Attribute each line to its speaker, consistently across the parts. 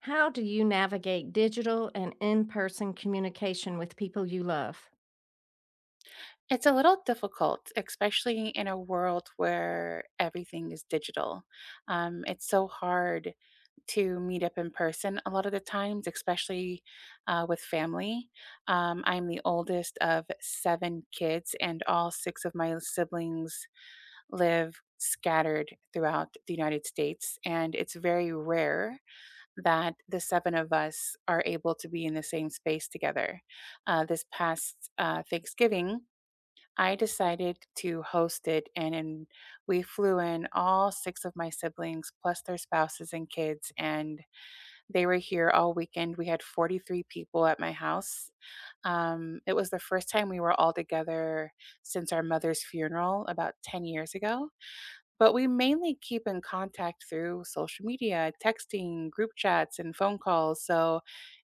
Speaker 1: How do you navigate digital and in person communication with people you love?
Speaker 2: It's a little difficult, especially in a world where everything is digital. It's so hard to meet up in person a lot of the times, especially with family. I'm the oldest of seven kids, and all six of my siblings live scattered throughout the United States. And it's very rare that the seven of us are able to be in the same space together. This past Thanksgiving, I decided to host it, we flew in all six of my siblings, plus their spouses and kids, and they were here all weekend. We had 43 people at my house. It was the first time we were all together since our mother's funeral about 10 years ago. But we mainly keep in contact through social media, texting, group chats, and phone calls. So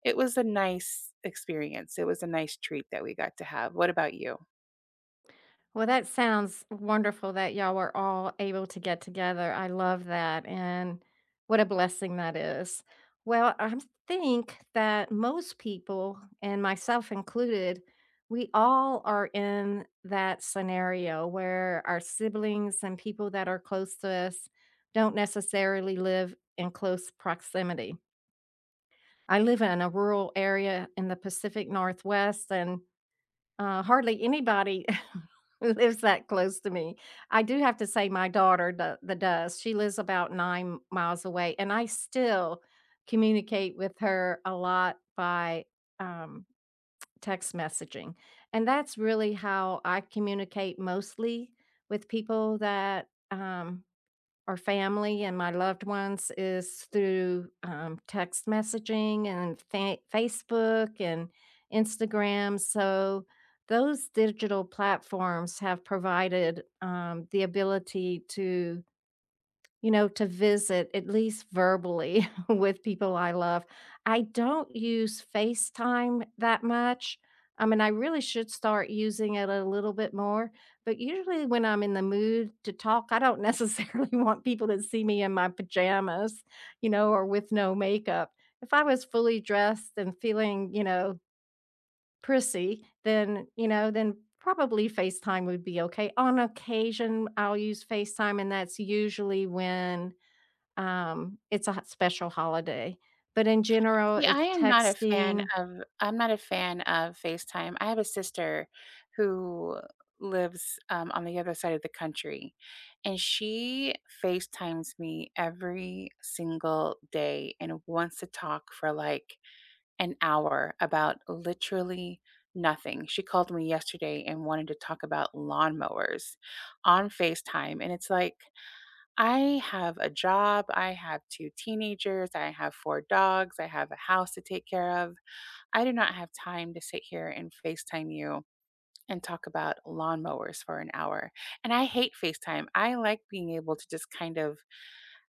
Speaker 2: it was a nice experience. It was a nice treat that we got to have. What about you?
Speaker 1: Well, that sounds wonderful that y'all were all able to get together. I love that. And what a blessing that is. Well, I think that most people, and myself included, we all are in that scenario where our siblings and people that are close to us don't necessarily live in close proximity. I live in a rural area in the Pacific Northwest, and, hardly anybody lives that close to me. I do have to say my daughter do the does. She lives about 9 miles away, and I still communicate with her a lot by, um, text messaging, and that's really how I communicate mostly with people that, our family and my loved ones is through text messaging and Facebook and Instagram. So those digital platforms have provided the ability to you know, to visit, at least verbally, with people I love. I don't use FaceTime that much. I mean, I really should start using it a little bit more, but usually when I'm in the mood to talk, I don't necessarily want people to see me in my pajamas, you know, or with no makeup. If I was fully dressed and feeling, you know, prissy, then, you know, then probably FaceTime would be okay. On occasion, I'll use FaceTime, and that's usually when it's a ho special holiday, but in general,
Speaker 2: See,
Speaker 1: it's
Speaker 2: I am not a fan
Speaker 1: texting.
Speaker 2: of I'm not a fan of FaceTime. I have a sister who lives, on the other side of the country, and she FaceTimes me every single day and wants to talk for, like, an hour about literally nothing. She called me yesterday and wanted to talk about lawnmowers on FaceTime, and it's like I have a job, I have 2 teenagers, I have 4 dogs, I have a house to take care of. I do not have time to sit here and FaceTime you and talk about lawnmowers for an hour, and I hate FaceTime. I like being able to just kind of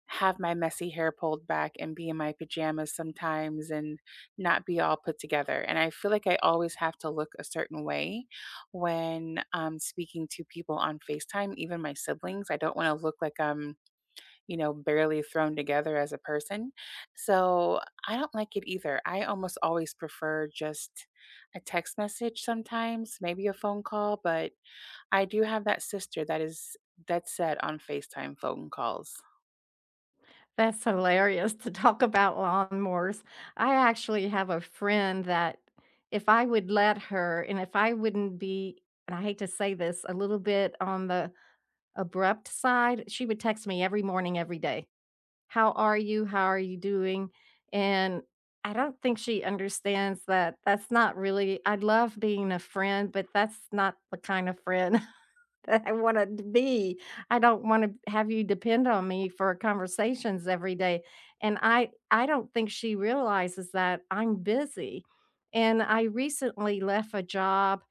Speaker 2: have my messy hair pulled back and be in my pajamas sometimes and not be all put together, and I feel like I always have to look a certain way when I'm speaking to people on FaceTime, even my siblings. I don't wanna look like I'm barely thrown together as a person. So I don't like it either. I almost always prefer just a text message sometimes, maybe a phone call, but I do have that sister that is dead set on FaceTime phone calls.
Speaker 1: That's hilarious to talk about lawnmowers. I actually have a friend that if I would let her and if I wouldn't be and I hate to say this, a little bit on the abrupt side, she would text me every morning, every day. "How are you? How are you doing?" And I don't think she understands that that's not really I love being a friend, but that's not the kind of friend that I wanna be. I don't wanna have you depend on me for conversations every day, and I don't think she realizes that I'm busy, and I recently left a job.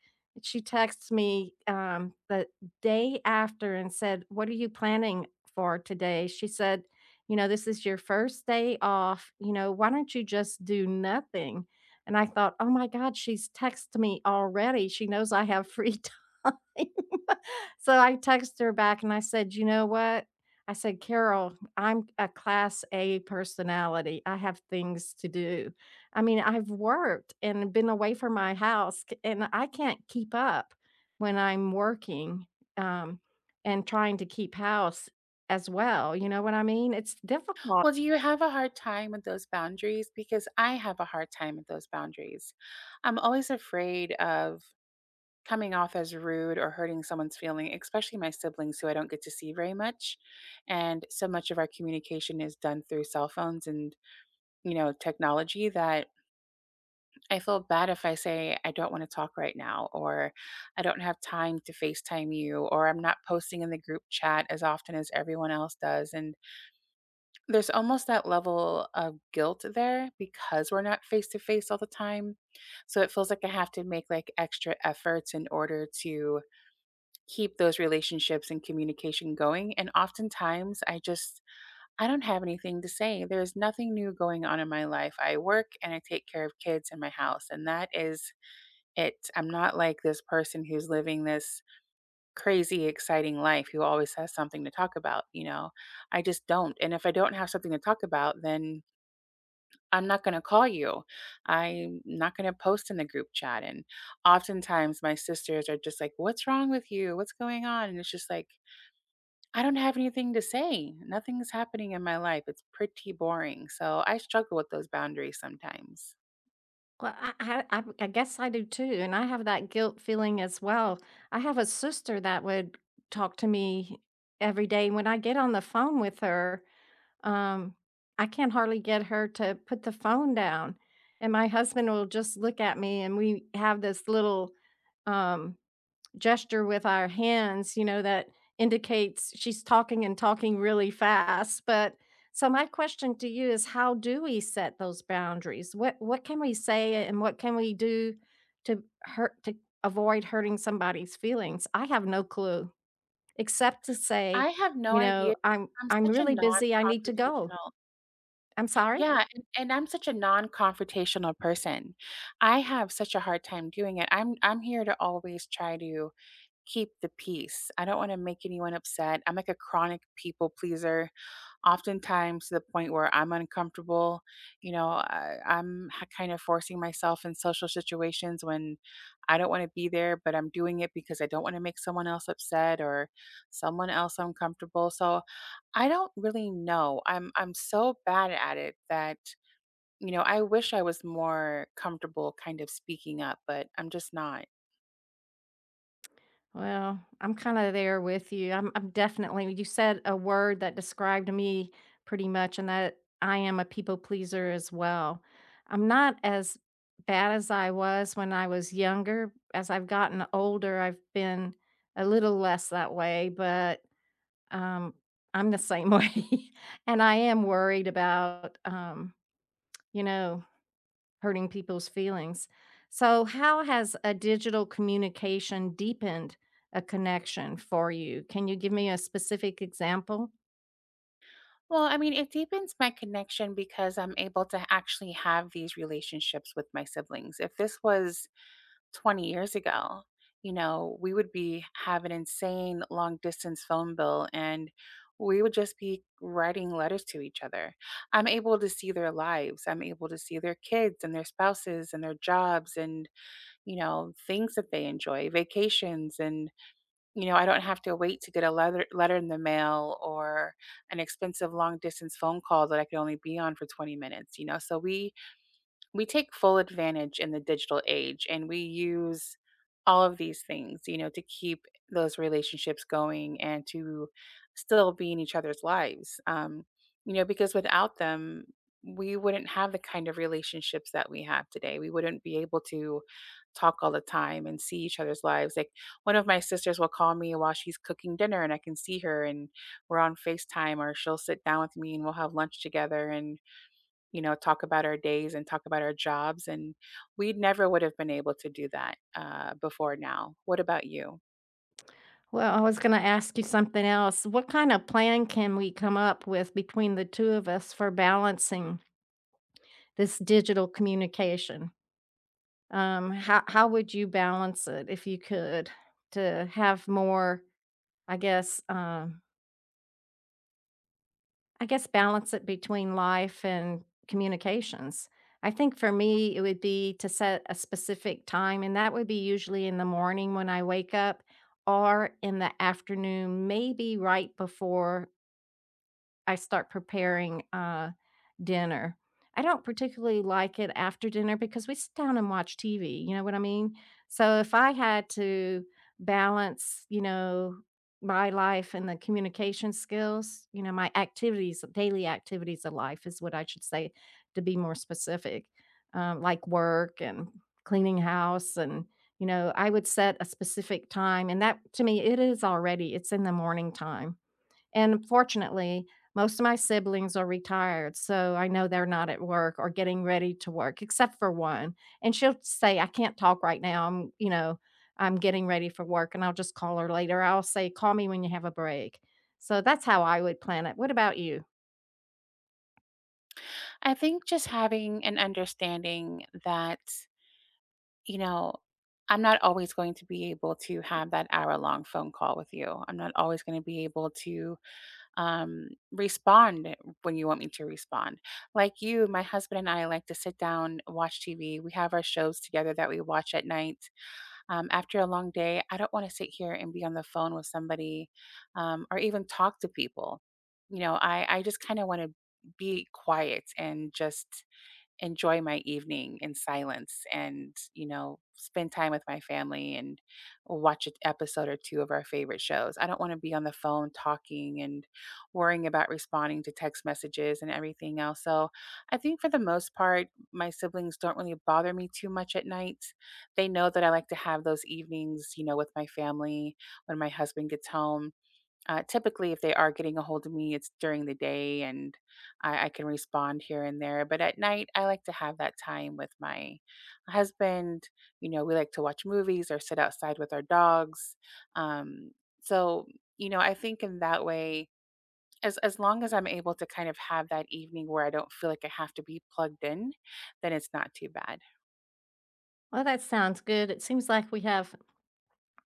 Speaker 1: She texts me, the day after and said, "What are you planning for today?" She said, "You know, this is your first day off, you know, why don't you just do nothing?" And I thought, "Oh my god, she's texted me already. She knows I have free time." So I texted her back and I said, "You know what?" I said, "Carol, I'm a class A personality. I have things to do. I mean, I've worked and been away from my house, and I can't keep up when I'm working um, and trying to keep house as well. You know what I mean? It's difficult.
Speaker 2: Well, do you have a hard time with those boundaries? Because I have a hard time with those boundaries. I'm always afraid of coming off as rude or hurting someone's feeling, especially my siblings who I don't get to see very much. And so much of our communication is done through cell phones and, you know, technology that I feel bad if I say, I don't want to talk right now, or I don't have time to FaceTime you, or I'm not posting in the group chat as often as everyone else does. And there's almost that level of guilt there because we're not face to face all the time. So it feels like I have to make like extra efforts in order to keep those relationships and communication going. And oftentimes, I don't have anything to say. There's nothing new going on in my life. I work and I take care of kids in my house, and that is it. I'm not like this person who's living this crazy exciting life who always has something to talk about, you know. I just don't. And if I don't have something to talk about, then I'm not going to call you. I'm not going to post in the group chat and oftentimes my sisters are just like, what's wrong with you? What's going on? And it's just like, I don't have anything to say. Nothing's happening in my life. It's pretty boring. So I struggle with those boundaries sometimes.
Speaker 1: Well, I guess I do too, and I have that guilt feeling as well. I have a sister that would talk to me every day. When I get on the phone with her, um, I can hardly get her to put the phone down, and my husband will just look at me, and we have this little, um gesture with our hands, you know, that indicates she's talking and talking really fast. But so my question to you is how do we set those boundaries? What can we say and what can we do to hurt to avoid hurting somebody's feelings? I have no clue except to say,
Speaker 2: I have no
Speaker 1: you
Speaker 2: idea.
Speaker 1: know, I'm
Speaker 2: I'm
Speaker 1: I'm
Speaker 2: such a
Speaker 1: really busy. I need to go.
Speaker 2: non-confrontational.
Speaker 1: I'm sorry.
Speaker 2: Yeah, and I'm such a non-confrontational person. I have such a hard time doing it. I'm here to always try to keep the peace. I don't want to make anyone upset. I'm like a chronic people pleaser, oftentimes to the point where I'm uncomfortable. I'm kind of forcing myself in social situations when I don't want to be there, but I'm doing it because I don't want to make someone else upset or someone else uncomfortable. So I don't really know. I'm so bad at it that you know I wish I was more comfortable kind of speaking up, but I'm just not.
Speaker 1: Well, I'm kinda there with you. I'm definitely you said a word that described me pretty much, and that I am a people pleaser as well. I'm not as bad as I was when I was younger. As I've gotten older, I've been a little less that way, but, um, I'm the same way, and I am worried about, you know hurting people's feelings. So, how has a digital communication deepened a connection for you? Can you give me a specific example?
Speaker 2: Well, I mean, it deepens my connection because I'm able to actually have these relationships with my siblings. If this was 20 years ago, you know, we would be have an insane long distance phone bill and we would just be writing letters to each other. I'm able to see their lives. I'm able to see their kids and their spouses and their jobs and, you know, things that they enjoy, vacations and, you know, I don't have to wait to get a letter in the mail or an expensive long distance phone call that I could only be on for 20 minutes, you know. So we take full advantage in the digital age and we use all of these things, you know, to keep those relationships going and to still be in each other's lives. You know, because without them, we wouldn't have the kind of relationships that we have today. We wouldn't be able to talk all the time and see each other's lives. Like one of my sisters will call me while she's cooking dinner and I can see her and we're on FaceTime or she'll sit down with me and we'll have lunch together and you know, talk about our days and talk about our jobs. And we never would have been able to do that before now. What about you?
Speaker 1: Well, I was going to ask you something else. What kind of plan can we come up with between the two of us for balancing this digital communication? How would you balance it if you could to have more, I guess, um, I guess balance it between life and communications. I think for me, it would be to set a specific time, and that would be usually in the morning when I wake up or in the afternoon, maybe right before I start preparing, dinner. I don't particularly like it after dinner because we sit down and watch TV, you know what I mean? So if I had to balance, you know, my life and the communication skills, you know, my activities, daily activities of life is what I should say to be more specific, like work and cleaning house and, you know, I would set a specific time and that to me it is already it's in the morning time. And fortunately, most of my siblings are retired, so I know they're not at work or getting ready to work, except for one. And she'll say, "I can't talk right now. I'm, you know, I'm getting ready for work," and I'll just call her later. I'll say, "Call me when you have a break." So that's how I would plan it. What about you?
Speaker 2: I think just having an understanding that, you know, I'm not always going to be able to have that hour long phone call with you. I'm not always going to be able to respond when you want me to respond. Like you, my husband and I like to sit down, watch TV. We have our shows together that we watch at night. After a long day, I don't want to sit here and be on the phone with somebody or even talk to people. I just kind of want to be quiet and just enjoy my evening in silence and, you know, spend time with my family and watch an episode or two of our favorite shows. I don't want to be on the phone talking and worrying about responding to text messages and everything else. So I think for the most part, my siblings don't really bother me too much at night. They know that I like to have those evenings, you know, with my family when my husband gets home. Typically, if they are getting a hold of me, it's during the day and I can respond here and there. But at night, I like to have that time with my husband. You know, we like to watch movies or sit outside with our dogs. Um, so, you know, I think in that way, as long as I'm able to kind of have that evening where I don't feel like I have to be plugged in, then it's not too bad.
Speaker 1: Well, that sounds good. It seems like we have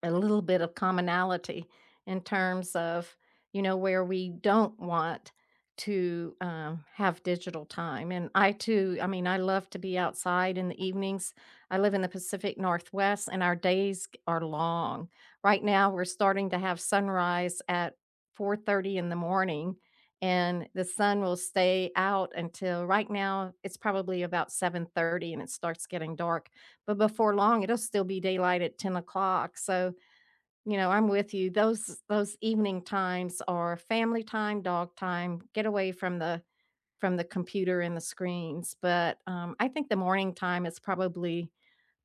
Speaker 1: a little bit of commonality in terms of, you know, where we don't want to, have digital time, and I too I mean, I love to be outside in the evenings. I live in the Pacific Northwest, and our days are long. Right now, we're starting to have sunrise at 4:30 in the morning, and the sun will stay out until right now, it's probably about 7:30 and it starts getting dark, but before long, it'll still be daylight at 10 o'clock. So you know, I'm with you. Those evening times are family time, dog time, get away from the computer and the screens, but, I think the morning time is probably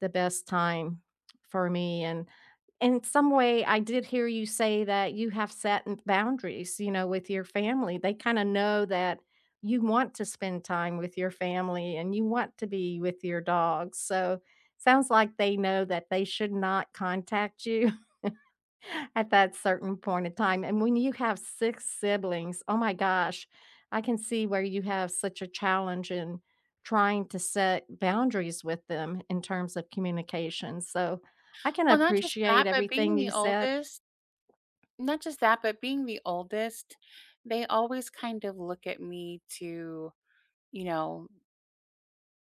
Speaker 1: the best time for me, and in some way, I did hear you say that you have set n boundaries, you know, with your family. They kinda know that you want to spend time with your family and you want to be with your dogs, so sounds like they know that they should not contact you at that certain point in time. And when you have 6 siblings, oh my gosh, I can see where you have such a challenge in trying to set boundaries with them in terms of communication. So, I can
Speaker 2: Well, not just that,
Speaker 1: appreciate
Speaker 2: but being
Speaker 1: everything
Speaker 2: the
Speaker 1: you said.
Speaker 2: oldest, Not just that, but being the oldest, they always kind of look at me to, you know,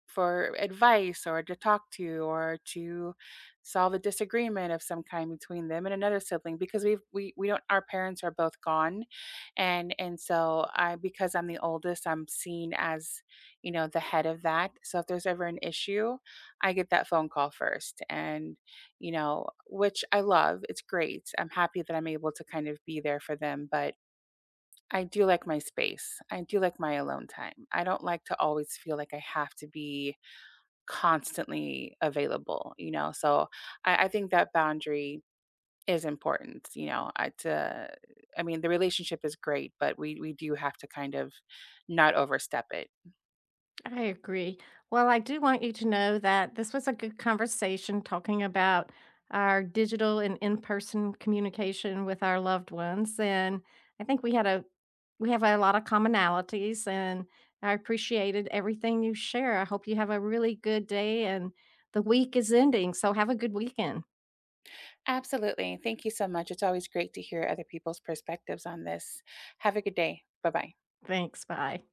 Speaker 2: for advice or to talk to or to solve a disagreement of some kind between them and another sibling because we don't, our parents are both gone, and so I, because I'm the oldest, I'm seen as, you know, the head of that. So if there's ever an issue, I get that phone call first and, you know, which I love. It's great. I'm happy that I'm able to kind of be there for them, but I do like my space. I do like my alone time. I don't like to always feel like I have to be constantly available, you know? So I think that boundary is important, you know. I mean, the relationship is great, but we do have to kind of not overstep it.
Speaker 1: I agree. Well, I do want you to know that this was a good conversation talking about our digital and in-person communication with our loved ones. And I think we have a lot of commonalities and I appreciated everything you share. I hope you have a really good day and the week is ending. So have a good weekend.
Speaker 2: Absolutely. Thank you so much. It's always great to hear other people's perspectives on this. Have a good day. Bye bye.
Speaker 1: Thanks. Bye.